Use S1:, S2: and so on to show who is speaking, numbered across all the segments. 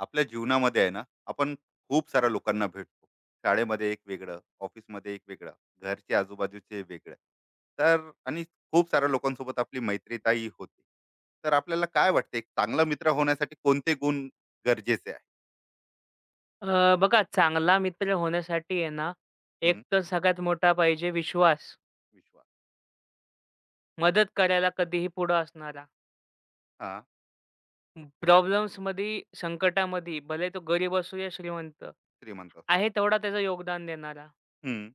S1: आपल्या जीवनामध्ये आहे ना आपण खूप साऱ्या लोकांना भेटतो. शाळेमध्ये एक वेगळं, ऑफिसमध्ये एक वेगळं, घरचे आजूबाजूचे वेगळं. तर आणि खूप साऱ्या लोकांसोबत आपली मैत्रीताही होते. तर आपल्याला काय वाटते एक चांगला मित्र होण्यासाठी कोणते गुण गरजेचे आहे?
S2: बघा चांगला मित्र होण्यासाठी आहे ना, एक
S1: हम्म,
S2: तर सगळ्यात मोठा पाहिजे विश्वास.
S1: विश्वास.
S2: मदत करायला कधीही पुढं असणारा.
S1: हा.
S2: प्रॉब्लेम्समध्ये, संकटामध्ये भले तो गरीब असो या श्रीमंत,
S1: श्रीमंत असतो.
S2: आहे तेवढा त्याचं योगदान देणारा
S1: हम्म.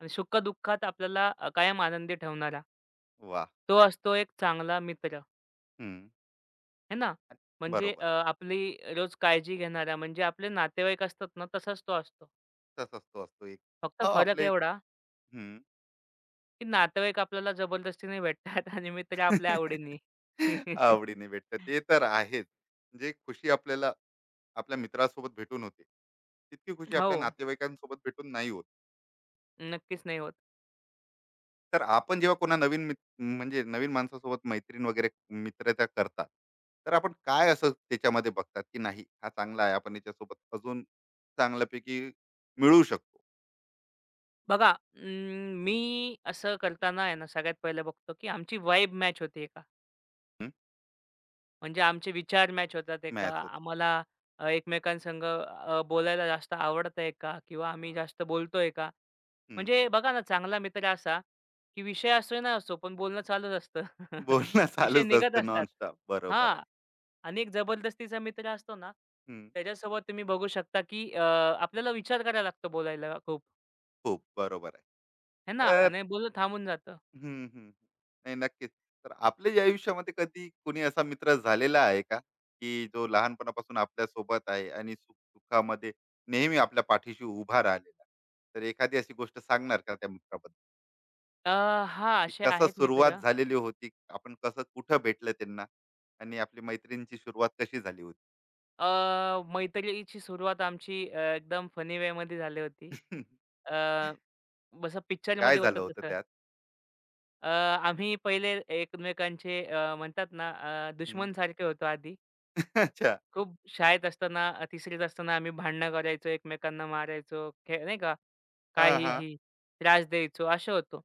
S2: आणि सुख-दुःखात आपल्याला कायम आनंदी ठेवणारा.
S1: वा.
S2: तो असतो एक चांगला मित्र,
S1: हम्म.
S2: है ना?
S1: आणि-
S2: म्हणजे
S1: बरोबर.
S2: आपली रोज काळजी घेणारा म्हणजे आपले नातेवाईक असतात ना तसाच तो असतो.
S1: तसंच तो असतो एक.
S2: फक्त
S1: हो
S2: फरक
S1: आपले एक.
S2: एवढा
S1: हम्म.
S2: की नातेवाईक आपल्याला जबरदस्तीने भेटतात आणि मित्र आपल्या आवडीने.
S1: आवडीने भेटतं ते तर आहेच. म्हणजे खुशी आपल्याला आपल्या मित्रासोबत भेटून होते, तितकी खुशी
S2: हो,
S1: आपल्या नातेवाईकांसोबत भेटून नाही होत.
S2: नक्कीच नाही होत.
S1: तर आपण जेव्हा कोणा नवीन मित- म्हणजे नवीन माणसासोबत मैत्रीण वगैरे मित्रता करतात, तर आपण काय असं त्याच्यामध्ये बघतात की नाही हा चांगला आहे, आपण याच्यासोबत अजून चांगल्यापैकी मिळू शकतो.
S2: बघा मी असं करताना आहे ना, सगळ्यात पहिलं बघतो की आमची वाइब मॅच होते का? म्हणजे आमचे विचार मॅच होतात आहे का?
S1: मॅच होत.
S2: आम्हाला एकमेकांसंग बोलायला जास्त आवडतंय का? किंवा आम्ही जास्त बोलतोय का? म्हणजे बघा ना, चांगला मित्र असा की विषय असो ना असो, पण बोलणं चालूच असतं.
S1: बोलणं
S2: विषय
S1: चालूच
S2: निघत
S1: असते
S2: असतात.
S1: नॉनस्टॉप, बरोबर आहे.
S2: हां. आणि एक जबरदस्तीचा मित्र असतो ना,
S1: हम्म,
S2: त्याच्यासोबत तुम्ही बघू शकता, की आपल्याला विचार करायला लागतो बोलायला खूप,
S1: खूप बरोबर
S2: है ना?
S1: आहे.
S2: आणि बोलणं थांबून जातं.
S1: हं, हं. नाही, नक्कीच. तर आपल्याही आयुष्यामध्ये कधी कोणी असा मित्र झालेला आहे का, की जो लहानपणापासून आपल्या सोबत आहे आणि सुख-दुःखामध्ये नेहमी आपल्या पाठीशी उभा राहिलेला? तर एखादी अशी गोष्ट सांगणार का त्या मित्राबद्दल,
S2: अ, हां,
S1: की
S2: असे
S1: कसं
S2: आहेत
S1: सुरुवात
S2: मित्र.
S1: झालेली होती? आपण कसं कुठं भेटलं त्यांना? आणि आपली मैत्रीणची सुरुवात कशी झाली होती?
S2: अ, मैत्रीची सुरुवात आमची एकदम फनी वेमध्ये झाली होती. अ, जसं
S1: काय
S2: पिक्चरमध्ये
S1: झालं
S2: होतं
S1: होतं
S2: तसं.
S1: त्यात?
S2: अ, आम्ही पहिले एकमेकांचे म्हणतात ना
S1: हं.
S2: दुश्मनसारखे होतो आधी.
S1: अच्छा.
S2: खूप शाळेत असताना, 3रीत असताना आम्ही भांडणं करायचो, एकमेकांना मारायचो, खे नाही का?
S1: हां, हां.
S2: काहीही त्रास द्यायचो, असं होतो.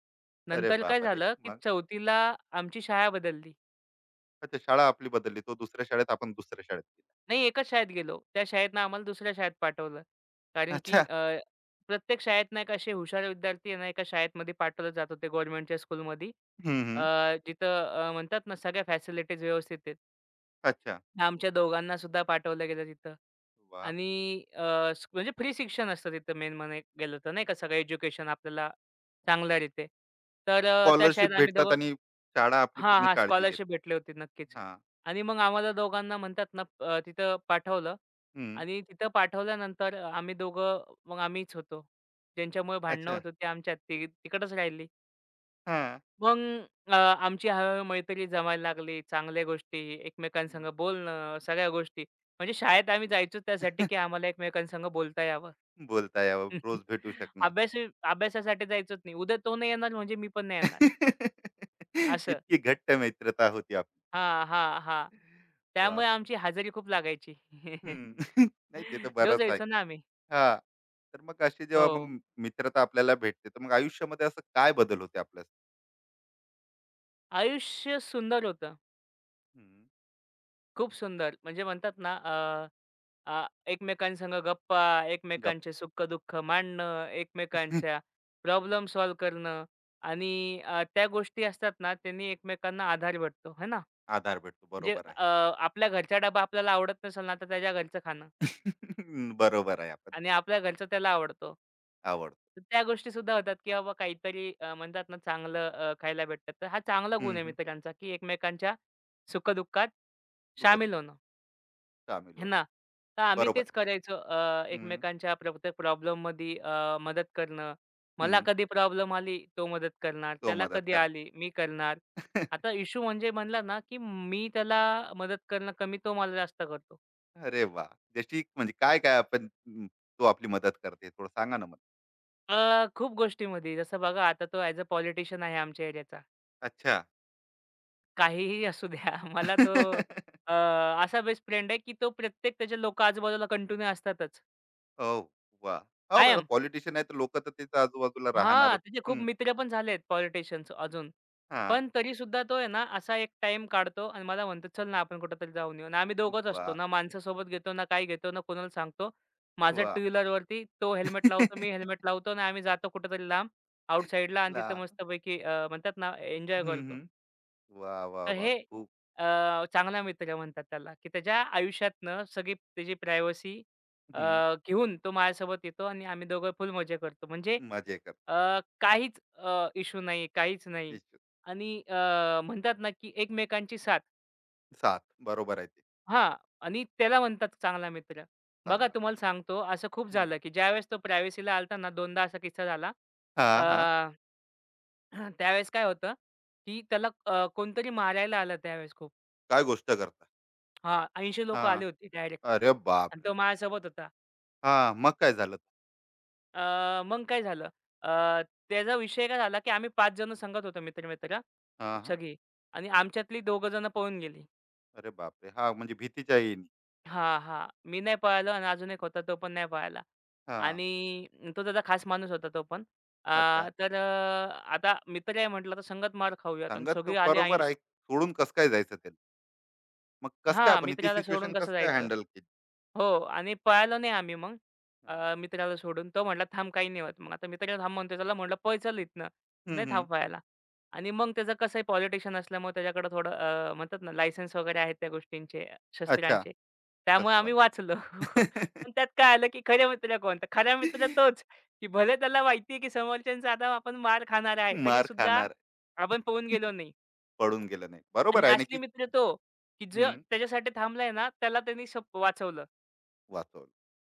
S1: अरे
S2: नंतर काय
S1: बापरे!
S2: झालं, की
S1: मग?
S2: 4थी आमची शाळा बदलली.
S1: अच्छा, शाळा आपली बदलली. तो दुसऱ्या शाळेत, आपण दुसऱ्या शाळेत गेला.
S2: नाही एकाच शाळेत गेलो. त्या शाळेतनं आम्हाला दुसऱ्या शाळेत पाठवलं. कारण की
S1: अच्छा.
S2: प्रत्येक शाळेत ना, एक असे हुशार विद्यार्थी आहे ना, एका शाळेमध्ये पाठवले जात होते गव्हर्नमेंटच्या स्कूलमध्ये.
S1: हं,
S2: अ,
S1: हं.
S2: जिथं म्हणतात ना, सगळ्या फॅसिलिटीज व्यवस्थित आहेत.
S1: अच्छा.
S2: आमच्या दोघांना सुद्धा पाठवलं गेलं तिथं.
S1: वाह!
S2: आणि अ, स म्हणजे फ्री शिक्षण असतं तिथं मेन म्हणाय गेलं तर नाही का, सगळं एज्युकेशन आपल्याला चांगल्या रीते. तर त्या
S1: स्कॉलरशिप
S2: शाळेत आम्ही
S1: भेटतात
S2: दोघं
S1: आणि शाळा आपली
S2: हां,
S1: पूर्ण
S2: हां.
S1: काळजी घेते.
S2: स्कॉलरशिप भेटली होती नक्कीच.
S1: हां.
S2: आणि मग आम्हाला दोघांना म्हणतात ना तिथं पाठवलं
S1: हं.
S2: आणि तिथं पाठवल्यानंतर आम्ही दोघं मग आम्हीच होतो. ज्यांच्यामुळे भांडणं
S1: अच्छा.
S2: होतं ते आमच्यात ती तिकडंच राहिली.
S1: हां.
S2: मग आमची हळू-हळू मैत्री जमायला लागली. चांगल्या गोष्टी,
S1: हं.
S2: एकमेकांसंग बोलणं, सगळ्या गोष्टी. म्हणजे शाळेत आम्ही जायचो त्यासाठी की आम्हाला एकमेकांसंग बोलता यावं.
S1: बोलता यावं, रोज भेटू शकणार.
S2: अभ्यास अभ्यासासाठी जायचोच नाही. उद्या तो नाही येणार म्हणजे मी पण नाही येणार असं.
S1: इतकी घट्ट मित्रता होती आपली.
S2: हां, हां, हां.
S1: वाह! हो.
S2: त्यामुळे आमची हजेरी खूप लागायची.
S1: नाही, ते तर
S2: रोज
S1: बरंच आहे.
S2: यायचो ना आम्ही.
S1: हां. तर मग अशी जेव्हा
S2: हो.
S1: मग मित्रता आपल्याला भेटते, तर मग आयुष्यामध्ये असं काय बदल होते आपल्या?
S2: आयुष्य सुंदर होतं.
S1: हं.
S2: खूप सुंदर. म्हणजे म्हणतात ना अ, अ, एकमेकांसंग गप्पा,
S1: गप.
S2: एकमेकांचे सुख-दुःख मांडणं, एकमेकांच्या प्रॉब्लेम सॉल्व्ह करणं आणि त्या गोष्टी असतात ना, त्यांनी एकमेकांना आधार भेटतो, है ना?
S1: आधार भेटतो,
S2: म्हणजे
S1: बरोबर आहे.
S2: आपल्या घरचा डबा आपल्याला आवडत नसेल ना, तर त्याच्या घरचं खाणं.
S1: बरोबर आहे आपण.
S2: आणि आपल्या घरचा त्याला आवडतो.
S1: आवडतो.
S2: तर त्या गोष्टीसुद्धा होतात, की बाबा काहीतरी म्हणतात ना चांगलं खायला भेटतं. तर हा चांगला गुण
S1: हं,
S2: आहे
S1: हं.
S2: मित्रांचा, की एकमेकांच्या सुख-दुःखात
S1: सुख-दुःख
S2: सामील होणं,
S1: सामील
S2: हे
S1: होणं.
S2: ना? तर आम्ही
S1: बरोबर
S2: तेच
S1: आहे.
S2: करायचो
S1: हं,
S2: एकमेकांच्या प्रत्येक प्रॉब्लेममध्ये मदत करणं. मला
S1: हं.
S2: कधी प्रॉब्लेम आली, तो मदत करणार.
S1: तो
S2: त्याला
S1: मदत
S2: कधी
S1: करणार.
S2: आली, मी करणार. आता इश्यू म्हणजे म्हणला ना, की मी त्याला मदत करणं कमी, तो मला जास्त करतो.
S1: अरे वाह! जशी म्हणजे काय-काय आपण अं, तो आपली मदत करते थोडं सांगा ना मला?
S2: खूप गोष्टीमध्ये. जसं बघा आता तो ॲज अ पॉलिटिशियन आहे आमच्या एरियाचा.
S1: अच्छा.
S2: काहीही असू द्या मला तो अ, असा बेस्ट फ्रेंड आहे, की तो प्रत्येक त्याचे लोकं आजूबाजूला कंटिन्यू असतातच.
S1: हो, वा, हो, बघा
S2: कायम.
S1: पॉलिटिशियन आहे तर लोकं तर त्याच्या आजूबाजूला
S2: हां,
S1: राहणारच.
S2: त्याचे खूप
S1: हं.
S2: मित्र पण झालेत पॉलिटिशियन्स अजून.
S1: हां.
S2: पण तरीसुद्धा तो आहे ना असा एक टाईम काढतो आणि मला म्हणतो, "चल ना आपण कुठेतरी जाऊन येऊ." आणि आम्ही दोघंच
S1: वा,
S2: असतो. ना माणसं सोबत घेतो, ना काही घेतो, ना कोणाला सांगतो. माझं
S1: वा,
S2: टू व्हीलरवरती तो हेल्मेट लावतो, मी हेल्मेट लावतो आणि आम्ही जातो कुठेतरी लांब आउटसाइडला आणि तिथं
S1: ला
S2: मस्तपैकी म्हणतात ना एन्जॉय
S1: हं,
S2: करतो.
S1: हं. वाह, वाह,
S2: तर
S1: वाह!
S2: हे
S1: खूप
S2: चांगला मित्र म्हणतात त्याला, की त्याच्या आयुष्यातनं सगळी त्याची प्रायव्हसी अ,
S1: हं.
S2: घेऊन तो माझ्यासोबत येतो आणि आम्ही दोघं फुल मजा करतो. म्हणजे
S1: मजे कर.
S2: अ, काहीच इश्यू नाही, काहीच नाही
S1: इश्यू
S2: आणि म्हणतात ना, की एकमेकांची साथ.
S1: 7 बरोबर आहे ते.
S2: हां आणि त्याला म्हणतात चांगला मित्र. बघा
S1: चांगला.
S2: तुम्हाला सांगतो असं खूप
S1: हं.
S2: झालं, की ज्यावेळेस तो प्रायव्हसीला आला ना, दोनदा असा किस्सा झाला. अ,
S1: हां, हां.
S2: त्यावेळेस काय होतं, की त्याला कोणतरी मारायला आलं त्यावेळेस खूप.
S1: काय गोष्ट करता?
S2: हां, 80 लोकं
S1: हां.
S2: आले होते डायरेक्ट
S1: अरे
S2: आणि
S1: बापरे!
S2: तो माझ्यासोबत होता.
S1: हां, मग काय झालं?
S2: मग काय झालं अ, त्याचा विषय काय झाला, की आम्ही 5 जण संगत होतो मित्र-मित्र
S1: हां, हां.
S2: सगळी आणि आमच्यातली दोघं जण पळून गेली.
S1: अरे बापरे! हां, म्हणजे भीतीच्या येईनी.
S2: हां, हां. मी नाही पळालो आणि अजून एक होता तो पण नाही पळाला
S1: हां.
S2: आणि तो त्याचा खास माणूस होता तो पण. अ,
S1: अच्छा.
S2: तर आता मित्र आहे म्हटलं तर संगत मार खाऊयात आणि
S1: संगत तर
S2: सगळी आली
S1: बरोबर आहे.
S2: ऐंश
S1: सोडून कसं काय जायचं त्याला? मग कसं काय
S2: हां,
S1: आपण ती
S2: मित्राला सोडून
S1: सिच्युएशन
S2: कसं
S1: कसं काय
S2: जायचं?
S1: हँडल केली?
S2: हो आणि पळालो नाही आम्ही मग
S1: हां.
S2: मित्राला सोडून. तो म्हटला, "थांब काही नाही होत." मग आता मित्र थांब म्हणतोय चला म्हटलं, "पळ चल इथनं."
S1: हं,
S2: नाही
S1: हं.
S2: थांब पळायला. आणि मग त्याचं कसं आहे पॉलिटिशियन असल्यामुळे त्याच्याकडे थोडं म्हणतात ना लायसन्स वगैरे आहेत त्या गोष्टींचे,
S1: अच्छा.
S2: शस्त्रांचे. त्यामुळे आम्ही
S1: शस्त्रानं.
S2: वाचलो. पण त्यात काय आलं, की खरे मित्र कोण? तर खरा मित्र तोच, की भले त्याला माहिती की समोरच्यांचा आता आपण मार खाणार आहे,
S1: मार
S2: तरीसुद्धा
S1: खाणार.
S2: आपण पळून गेलो नाही.
S1: पड़ून गेलं नाही. बरोबर
S2: आणि
S1: आहे ना,
S2: असली
S1: की
S2: मित्र तो, की जो
S1: हं.
S2: त्याच्यासाठी थांबलाय ना, त्याला त्यांनी शप वाचवलं.
S1: वाचवलं.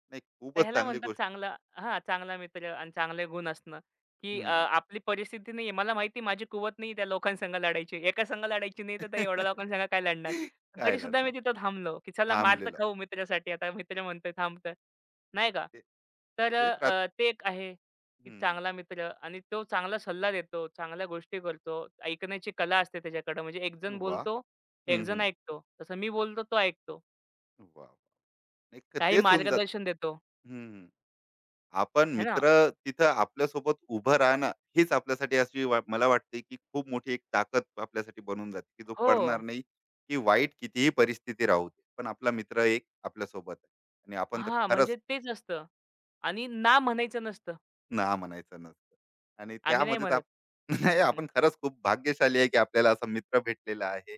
S1: नाही,
S2: तर
S1: खूपच
S2: ह्याला
S1: चांगली
S2: म्हणतात
S1: गोष्ट.
S2: चांगला हां, चांगला मित्र आणि चांगले गुण असणं, की
S1: हं, हं.
S2: आपली परिस्थिती नाहीये. मला माहिती आहे माझी कुवत नाही त्या लोकांसंग लढायची. एका संग लढायची नाही, तर त्या एवढ्या लोकांसंग काय लढणार? पण
S1: काय
S2: तरीसुद्धा
S1: लढणार?
S2: मी तिथं थांबलो, की चला मार तर
S1: थांबलेलो.
S2: खाऊ मित्रासाठी. आता मित्र म्हणतोय थांब नाही का?
S1: ते
S2: तर
S1: तेच राहत.
S2: ते एक आहे, की
S1: हं.
S2: चांगला मित्र आणि तो चांगला सल्ला देतो, चांगल्या गोष्टी करतो. ऐकण्याची कला असते त्याच्याकडं. म्हणजे एक जण
S1: वाह!
S2: बोलतो, एक
S1: हं,
S2: जण
S1: हं.
S2: ऐकतो. तसं मी बोलतो, तो ऐकतो.
S1: वाह! वाह! एक तर
S2: काही
S1: तेच होऊन जातं.
S2: मार्गदर्शन देतो,
S1: आपण
S2: है ना?
S1: मित्र तिथं आपल्यासोबत उभं राहणं, हेच आपल्यासाठी अशी वा- मला वाटते की खूप मोठी एक ताकद आपल्यासाठी बनून जाते, की जो
S2: हो.
S1: पडणार नाही, की वाईट कितीही परिस्थिती राहू दे पण आपला मित्र एक आपल्यासोबत आहे, आणि आपण तर
S2: हां,
S1: खरंच.
S2: म्हणजे तेच असतं आणि ना म्हणायचं नसतं.
S1: ना म्हणायचं नसतं आणि
S2: आम्ही नाही
S1: त्यामध्ये तर
S2: म्हणत.
S1: आप- नाही,
S2: हं.
S1: आपण खरंच खूप भाग्यशाली आहे की आपल्याला असा मित्र भेटलेला आहे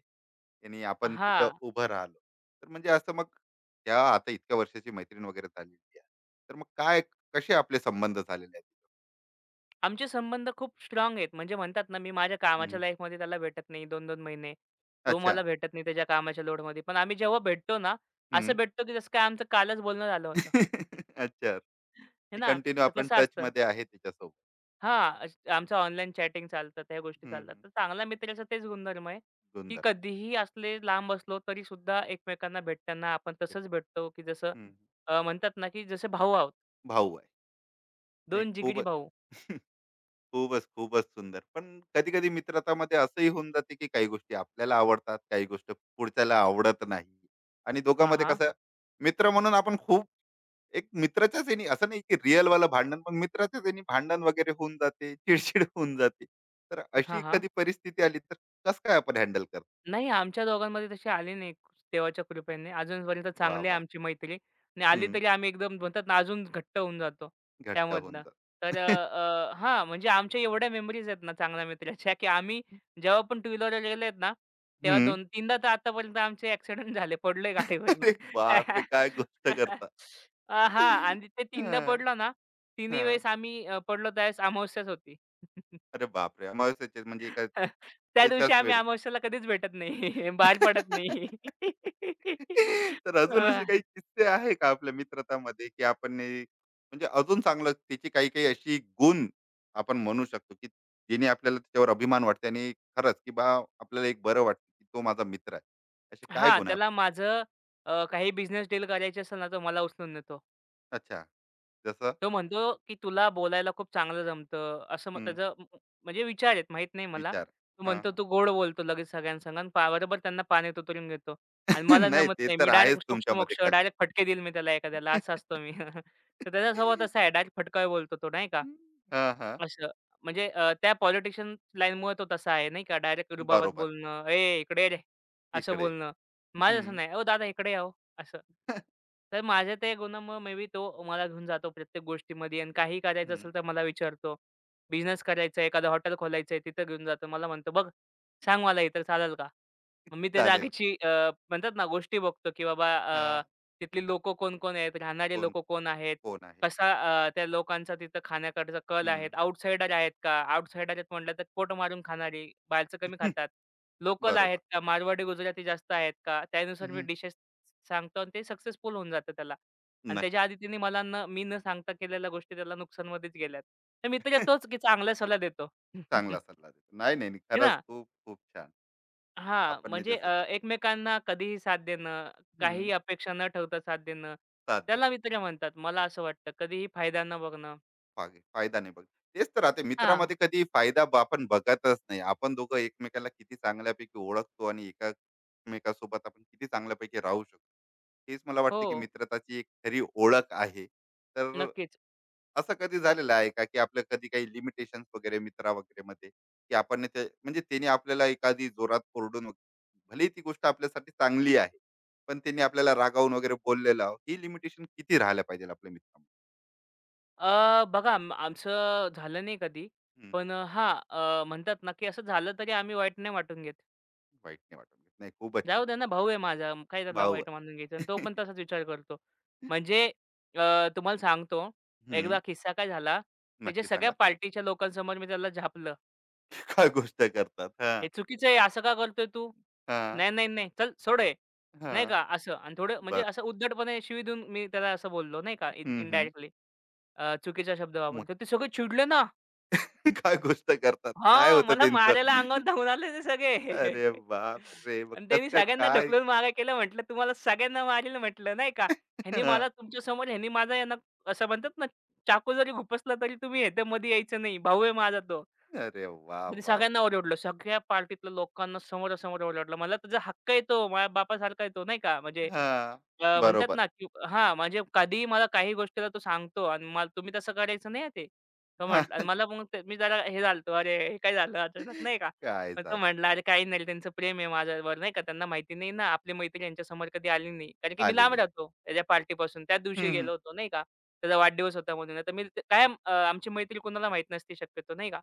S1: आणि आपण तिथं
S2: हां,
S1: उभं राहिलो. तर म्हणजे असं मग त्या आता इतक्या वर्षाची मैत्रीण वगैरे झालेली आहे, तर मग काय कसे आपले संबंध झालेले आहेत?
S2: आमचे संबंध खूप स्ट्राँग आहेत. म्हणजे म्हणतात ना, मी माझ्या
S1: हम्म.
S2: कामाच्या लाईफमध्ये त्याला भेटत नाही 2-2 महिने. तो
S1: अच्छा.
S2: मला भेटत नाही त्याच्या कामाच्या लोडमध्ये. पण आम्ही जेव्हा भेटतो ना, असं भेटतो की जसं काय आमचं कालच बोलणं झालं होतं.
S1: अच्छा.
S2: हे
S1: की
S2: ना,
S1: कंटिन्यू
S2: तर
S1: आपण
S2: तसं असतं.
S1: टचमध्ये आहे त्याच्यासोबत.
S2: हां, आमचं ऑनलाईन चॅटिंग चालतात, ह्या गोष्टी
S1: हं,
S2: चालतात.
S1: हं.
S2: तर चांगला मित्राचा तेच गुणधर्म आहे, की
S1: गुणधर्म.
S2: कधीही असले लांब असलो तरीसुद्धा एकमेकांना भेटताना आपण
S1: एक
S2: तसंच
S1: हं,
S2: भेटतो, की जसं
S1: हं.
S2: म्हणतात ना, की जसे भाऊ आहोत,
S1: भाऊ आहे. नाही,
S2: 2 जिगरी
S1: खूपच.
S2: भाऊ.
S1: खूपच, खूपच सुंदर. पण कधी-कधी मित्रतामध्ये असंही होऊन जाते, की काही गोष्टी आपल्याला आवडतात, काही गोष्ट पुढच्याला आवडत नाही. आणि
S2: हां,
S1: दोघांमध्ये
S2: हां.
S1: कसं मित्र म्हणून आपण खूप एक मित्राच्याच ह्यानी असं नाही, की रिअलवालं भांडण, पण मित्राच्याच ह्यानी भांडण वगैरे होऊन जाते, चिड होऊन जाते. तर अशी
S2: हां, हां.
S1: कधी परिस्थिती आली तर कसं काय आपण हँडल करतो?
S2: नाही, आमच्या दोघांमध्ये तशी आली नाही देवाच्या कृपेने. अजूनपर्यंत
S1: वाह!
S2: चांगली आहे
S1: वाह!
S2: आमची मैत्री आणि आली तरी आम्ही एकदम म्हणतात ना, अजून घट्ट होऊन जातो
S1: घट्ट होऊन
S2: त्यामधनं.
S1: जात.
S2: तर अ, अ, हां, म्हणजे आमच्या एवढ्या मेमरीज आहेत ना चांगल्या मित्राच्या, की आम्ही जेव्हा पण टू व्हीलरवर गेलेत ना, तेव्हा
S1: हम्म.
S2: 2-3दा तर आतापर्यंत आमचे ॲक्सिडेंट झाले. पडलोय गाडीवरनं.
S1: अरे बापरे, काय गोष्ट करता?
S2: हां आणि ते 3दा
S1: हा,
S2: पडलो ना, तिन्ही
S1: हा.
S2: वेळेस आम्ही पडलो त्यावेळेस अमावस्याच होती.
S1: अरे बापरे, अमावस्याचे म्हणजे एका
S2: त्या दिवशी
S1: त्याच्याच
S2: आम्ही
S1: वेळेस.
S2: अमावास्येला कधीच भेटत नाही. बाहेर पडत नाही.
S1: तर अजून
S2: अ,
S1: असे काही किस्से आहे का आपल्या मित्रतामध्ये की आपण ने म्हणजे अजून चांगलं त्याची काही काही अशी गुण आपण म्हणू शकतो की जेणे आपल्याला त्याच्यावर अभिमान वाटते, आणि खरंच की बा आपल्याला एक बरं वाटतं की तो माझा मित्र आहे. असे काय
S2: हां,
S1: गुण आहे आप-
S2: त्याला माझं काही बिझनेस डील करायची असेल ना, तर मला उचलून नेतो.
S1: अच्छा जसं
S2: तो म्हणतो, की "तुला बोलायला खूप चांगलं जमतं." असं मग त्याचं म- म्हणजे विचार आहेत, माहीत नाही मला.
S1: विचार.
S2: तो
S1: हां.
S2: म्हणतो, "तू गोड बोलतो लगेच सगळ्यांसंग आणि पा बरोबर त्यांना पाण्यात उतरून घेतो." आणि मला
S1: नाही,
S2: जमत
S1: ते
S2: नाही.
S1: तर
S2: मी
S1: आहेच
S2: डायरेक्ट
S1: तुमच्यामध्ये
S2: सोक्ष
S1: कला.
S2: डायरेक्ट फटके देईल मी त्याला एखाद्याला, असा असतो मी. तर त्याचा स्वभाव तसा आहे. डायरेक्ट फटका बोलतो तो, नाही का?
S1: हां, हां.
S2: असं. म्हणजे त्या पॉलिटिशियन लाईनमुळे तो तसा आहे, नाही का. डायरेक्ट रुबाबात
S1: बरोबर.
S2: बोलणं, "ए इकडे ये रे!" असं
S1: इकडे.
S2: बोलणं. माझं
S1: हं.
S2: असं नाही, "ओ दादा इकडे या ओ," असं. तर माझ्या त्या गुणामुळे मे बी तो मला घेऊन जातो प्रत्येक गोष्टीमध्ये आणि काही करायचं
S1: हं.
S2: असेल तर मला विचारतो. बिझनेस करायचा आहे, एखादं हॉटेल खोलायचं आहे, तिथं घेऊन जातो. मला म्हणतो, "बघ, सांग मला इथं चालेल का?" मग मी त्या
S1: चालेल.
S2: जागेची म्हणतात ना गोष्टी बघतो, की बाबा
S1: हां.
S2: तिथली लोकं कोण-कोण आहेत, राहणारे
S1: कोण
S2: लोकं कोण आहेत.
S1: कोण आहे?
S2: कसा त्या लोकांचा तिथं खाण्याकडचा कल आहे.
S1: हं.
S2: आउटसाइडर आहेत का? आउटसाइडर आहेत म्हटलं तर पोट मारून खाणारी, बाहेरचं कमी खातात. लोकल आहेत
S1: बरोबर.
S2: का? मारवाडी, गुजराती जास्त आहेत का? त्यानुसार मी
S1: हं.
S2: डिशेस सांगतो आणि ते सक्सेसफुल होऊन जातं त्याला. आणि त्याच्या
S1: नाही.
S2: आधी तिने मला न मी न सांगता केलेल्या गोष्टी त्याला नुकसानमध्येच गेल्यात. तर मित्र तोच की चांगला सल्ला देतो.
S1: चांगला सल्ला दिला. नाही, नाही. नाही,
S2: हे
S1: खरंच
S2: ना?
S1: खूप खूप छान.
S2: हां,
S1: आपण ने
S2: म्हणजे
S1: जसं सांग
S2: एकमेकांना कधीही साथ देणं, काहीही अपेक्षा न ठेवता साथ देणं,
S1: साथ देणार.
S2: त्याला मित्र म्हणतात. मला असं वाटतं. कधीही फायदा न बघणं.
S1: फागे- फायदा नाही बघ. तेच तर राहते
S2: हां.
S1: मित्रामध्ये, कधी फायदा ब- आपण बघतच नाही, आपण दोघं एकमेकाला किती चांगल्यापैकी ओळखतो आणि एकमेकासोबत आपण किती चांगल्यापैकी राहू शकतो. हेच मला वाटते की
S2: हो,
S1: मित्रताची एक खरी ओळख आहे. तर
S2: नक्कीच.
S1: असं कधी झालेलं आहे का की आपलं कधी काही लिमिटेशन वगैरे मित्रा वगैरे मध्ये, की आपण ते म्हणजे त्याने आपल्याला एखादी जोरात कोरडून वग- भले ती गोष्ट आपल्यासाठी चांगली आहे, पण त्यांनी आपल्याला रागावून वगैरे बोललेलं. ही लिमिटेशन किती राहायला पाहिजे आपल्या मित्रांमध्ये?
S2: अ, बघा म आमचं झालं नाही कधी.
S1: हम्म, हम्म.
S2: पण म्हणतात ना, की असं झालं तरी आम्ही वाईट नाही वाटून घेत.
S1: वाईट नाही वाटत, नाही खूपच छान.
S2: जाऊ दे ना, भाऊ आहे माझा, म काय त्याला
S1: भाऊ
S2: वाईट
S1: आहे.
S2: मानून घ्यायचं आणि तो पण तसाच विचार करतो. म्हणजे तुम्हाला सांगतो,
S1: हं,
S2: एकदा किस्सा काय झाला, त्याच्या
S1: नक्की
S2: सगळ्या
S1: सांगा.
S2: पार्टीच्या लोकांसमोर मी त्याला झापलं.
S1: काय गोष्ट करतात? हां,
S2: "हे चुकीचं आहे, असं का करतोय तू?
S1: हां,
S2: नाही, नाही, नाही, चल सोड हे." नाही
S1: हां.
S2: का असं आणि थोडं म्हणजे
S1: बरं.
S2: असं उद्धटपणे शिवी देऊन मी त्याला असं बोललो नाही का
S1: हं, हं.
S2: इनडायरेक्टली. चुकीचा शब्द
S1: मग?
S2: वापरतो. ते सगळे चिडले ना.
S1: काय गोष्ट करतात? काय
S2: हां,
S1: होतं
S2: मला
S1: त्यांचं?
S2: मारायला अंगावर धावून आले ते सगळे.
S1: अरे बापरे! मग
S2: आणि त्यांनी
S1: कसं काय?
S2: सगळ्यांना
S1: काय?
S2: ढकलून मागे केलं म्हटलं, "तुम्हाला सगळ्यांना मारील" म्हटलं नाही का. ह्यांनी
S1: हां.
S2: मला तुमच्यासमोर ह्यांनी माझा यांना असं म्हणतात ना, चाकू जरी खुपसला तरी तुम्ही ह्याच्या मध्ये यायचं नाही. भाऊ आहे माझा तो.
S1: अरे वाह!
S2: त्यांनी
S1: वाह!
S2: सगळ्यांना ओरडलं. सगळ्या पार्टीतल्या लोकांना समोरासमोर ओरडलं. मला त्याचा हक्क आहे माझ्या बापासारखा आहे नाही का. म्हणजे
S1: हां,
S2: म्हणतात
S1: बरोबर.
S2: ना, की हां, म्हणजे कधीही मला काही गोष्टीला तो सांगतो आणि मला तुम्ही तसं करायचं नाही ते. तो म्हटला
S1: हां,
S2: आणि मला मग ते- मी जरा हे झालो "अरे, हे काय झालं अचानक?" नाही का.
S1: काय
S2: पण तो
S1: झालं?
S2: म्हटला, "अरे, काही नाही रे, त्यांचं प्रेम आहे माझ्यावर." नाही का, "त्यांना माहिती नाही ना, आपली मैत्री यांच्यासमोर कधी आली नाही." कारण की मी लांब
S1: आलेली नाही.
S2: राहतो त्याच्या पार्टीपासून. त्याच दिवशी
S1: हं, हं.
S2: गेलो होतो, नाही का. त्याचा वाढदिवस होता म्हणून. नाहीतर मी ते- कायम आमची मैत्री कोणाला माहीत नसते शक्यतो, नाही का.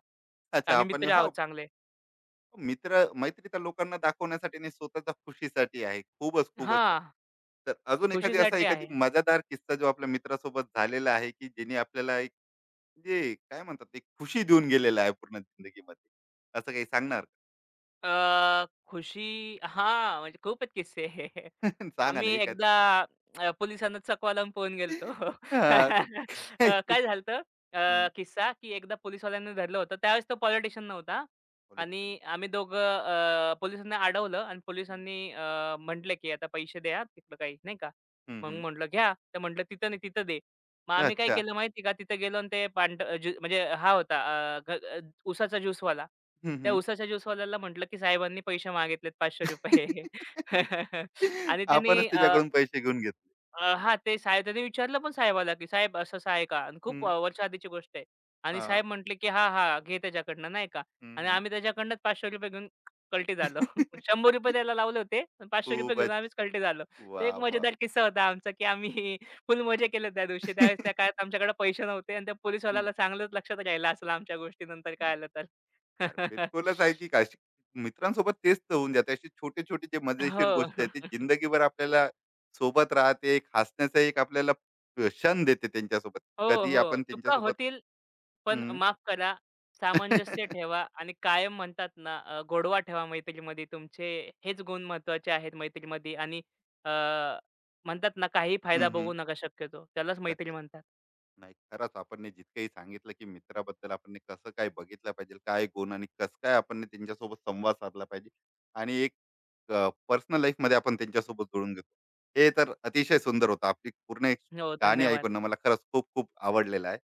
S1: अच्छा
S2: आम्ही
S1: आपण
S2: मित्र
S1: हां.
S2: आहोत चांगले.
S1: मित्र मैत्री तर लोकांना दाखवण्यासाठी नाही, स्वतःच्या खुशीसाठी आहे. खूपच, खूपच छान.
S2: हां,
S1: तर अजून एखादी असा
S2: खुशीसाठी
S1: एखादी
S2: आहे.
S1: मजेदार किस्सा जो आपल्या मित्रासोबत झालेला आहे, की ज्याने आपल्याला एक म्हणजे काय म्हणतात एक खुशी देऊन गेलेला आहे पूर्ण जिंदगीमध्ये. असं काही सांगणार? का?
S2: अ, खुशी हां, म्हणजे खूप आहेत किस्से.
S1: सांगा
S2: आम्ही
S1: ना एखाद.
S2: एकदा पोलिसांना चकवा लावून पळून गेलतो.
S1: हां. काय कुठ.
S2: काय झालं किस्सा की एकदा पोलिसवाल्यांनी धरलं होतं. त्यावेळेस तो पॉलिटिशियन नव्हता
S1: पॉलिटिशियन
S2: आणि आम्ही
S1: अच्छा.
S2: दोघं पोलिसांना अडवलं आणि पोलिसांनी म्हटलं की "आता पैसे द्या तिकडं काही," नाही का.
S1: हं,
S2: मग
S1: हं.
S2: म्हटलं, "घ्या." तर म्हटलं, "तिथं नाही, तिथं दे." मग आम्ही काय
S1: अच्छा.
S2: केलं माहिती आहे का? तिथे गेलो आणि ते पांढ ज्यू म्हणजे हा होता अ, घ अ, उसाचा ज्यूसवाला.
S1: हं,
S2: त्या
S1: हं.
S2: उसाच्या ज्यूसवाल्याला म्हटलं, की साहेबांनी पैसे मागितलेत ₹500 आणि
S1: आपणच
S2: त्यांनी अ
S1: त्याच्याकडून पैसे घेऊन घेतले.
S2: अ, हां, ते साहेब त्यांनी विचारलं पण साहेबाला, की "साहेब असं-असं आहे का?" आणि खूप
S1: हं.
S2: वर्ष आधीची गोष्ट आहे. आणि
S1: हां.
S2: साहेब म्हटले, की "हां, हां, घे त्याच्याकडनं," नाही का.
S1: हं,
S2: आणि
S1: हं.
S2: आम्ही त्याच्याकडनंच ₹500 घेऊन कलटी झालो. ₹100 द्यायला लावले होते, पण ₹500 घेऊन
S1: खूपच.
S2: आम्हीच कलटी झालो. तो एक
S1: वाह! वाह!
S2: मजेदार किस्सा होता आमचा, की आम्ही फुल मजा केली त्या दिवशी. त्यावेळेस त्या काळात आमच्याकडे पैसे नव्हते आणि त्या
S1: हं.
S2: पोलिसवाल्याला चांगलंच लक्षात राहिलं असेल आमच्या गोष्टी नंतर कळालं तर.
S1: अरे बिलकुलच आहे की काय, मित्रांसोबत तेच तर होऊन जाते. अशी छोटे-छोटे जे मजेशीर
S2: हो.
S1: गोष्ट आहे, ती जिंदगीभर आपल्याला सोबत राहते. एक हसण्याचा एक आपल्याला क्षण देते त्यांच्यासोबत.
S2: हो,
S1: कधी
S2: हो.
S1: आपण
S2: चुका
S1: त्यांच्यासोबत
S2: होतील पण
S1: हं.
S2: माफ करा,
S1: हं, हं.
S2: सामंजस्य ठेवा आणि कायम म्हणतात ना, गोडवा ठेवा मैत्रीमध्ये. तुमचे हेच गुण महत्त्वाचे आहेत मैत्रीमध्ये आणि अ, म्हणतात ना, काहीही फायदा बघू नका शक्यतो. त्यालाच मैत्री
S1: शक्यतो.
S2: म्हणतात.
S1: नाही, खरंच आपण ने जितकंही सांगितलं, की मित्राबद्दल आपण ने कसं काय बघितलं पाहिजे, काय गुण आणि कसं काय आपण ने त्यांच्यासोबत संवाद साधला पाहिजे आणि एक पर्सनल लाईफमध्ये आपण त्यांच्यासोबत जोडून घेतो. हे तर अतिशय सुंदर होतं. आपली पूर्ण एक
S2: हो,
S1: कहाणी
S2: धन्यवाद.
S1: ऐकून ना मला खरंच खूप खूप आवडलेलं आहे.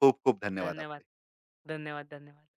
S1: खूप खूप धन्यवाद
S2: धन्यवाद.
S1: आपले.
S2: धन्यवाद, धन्यवाद.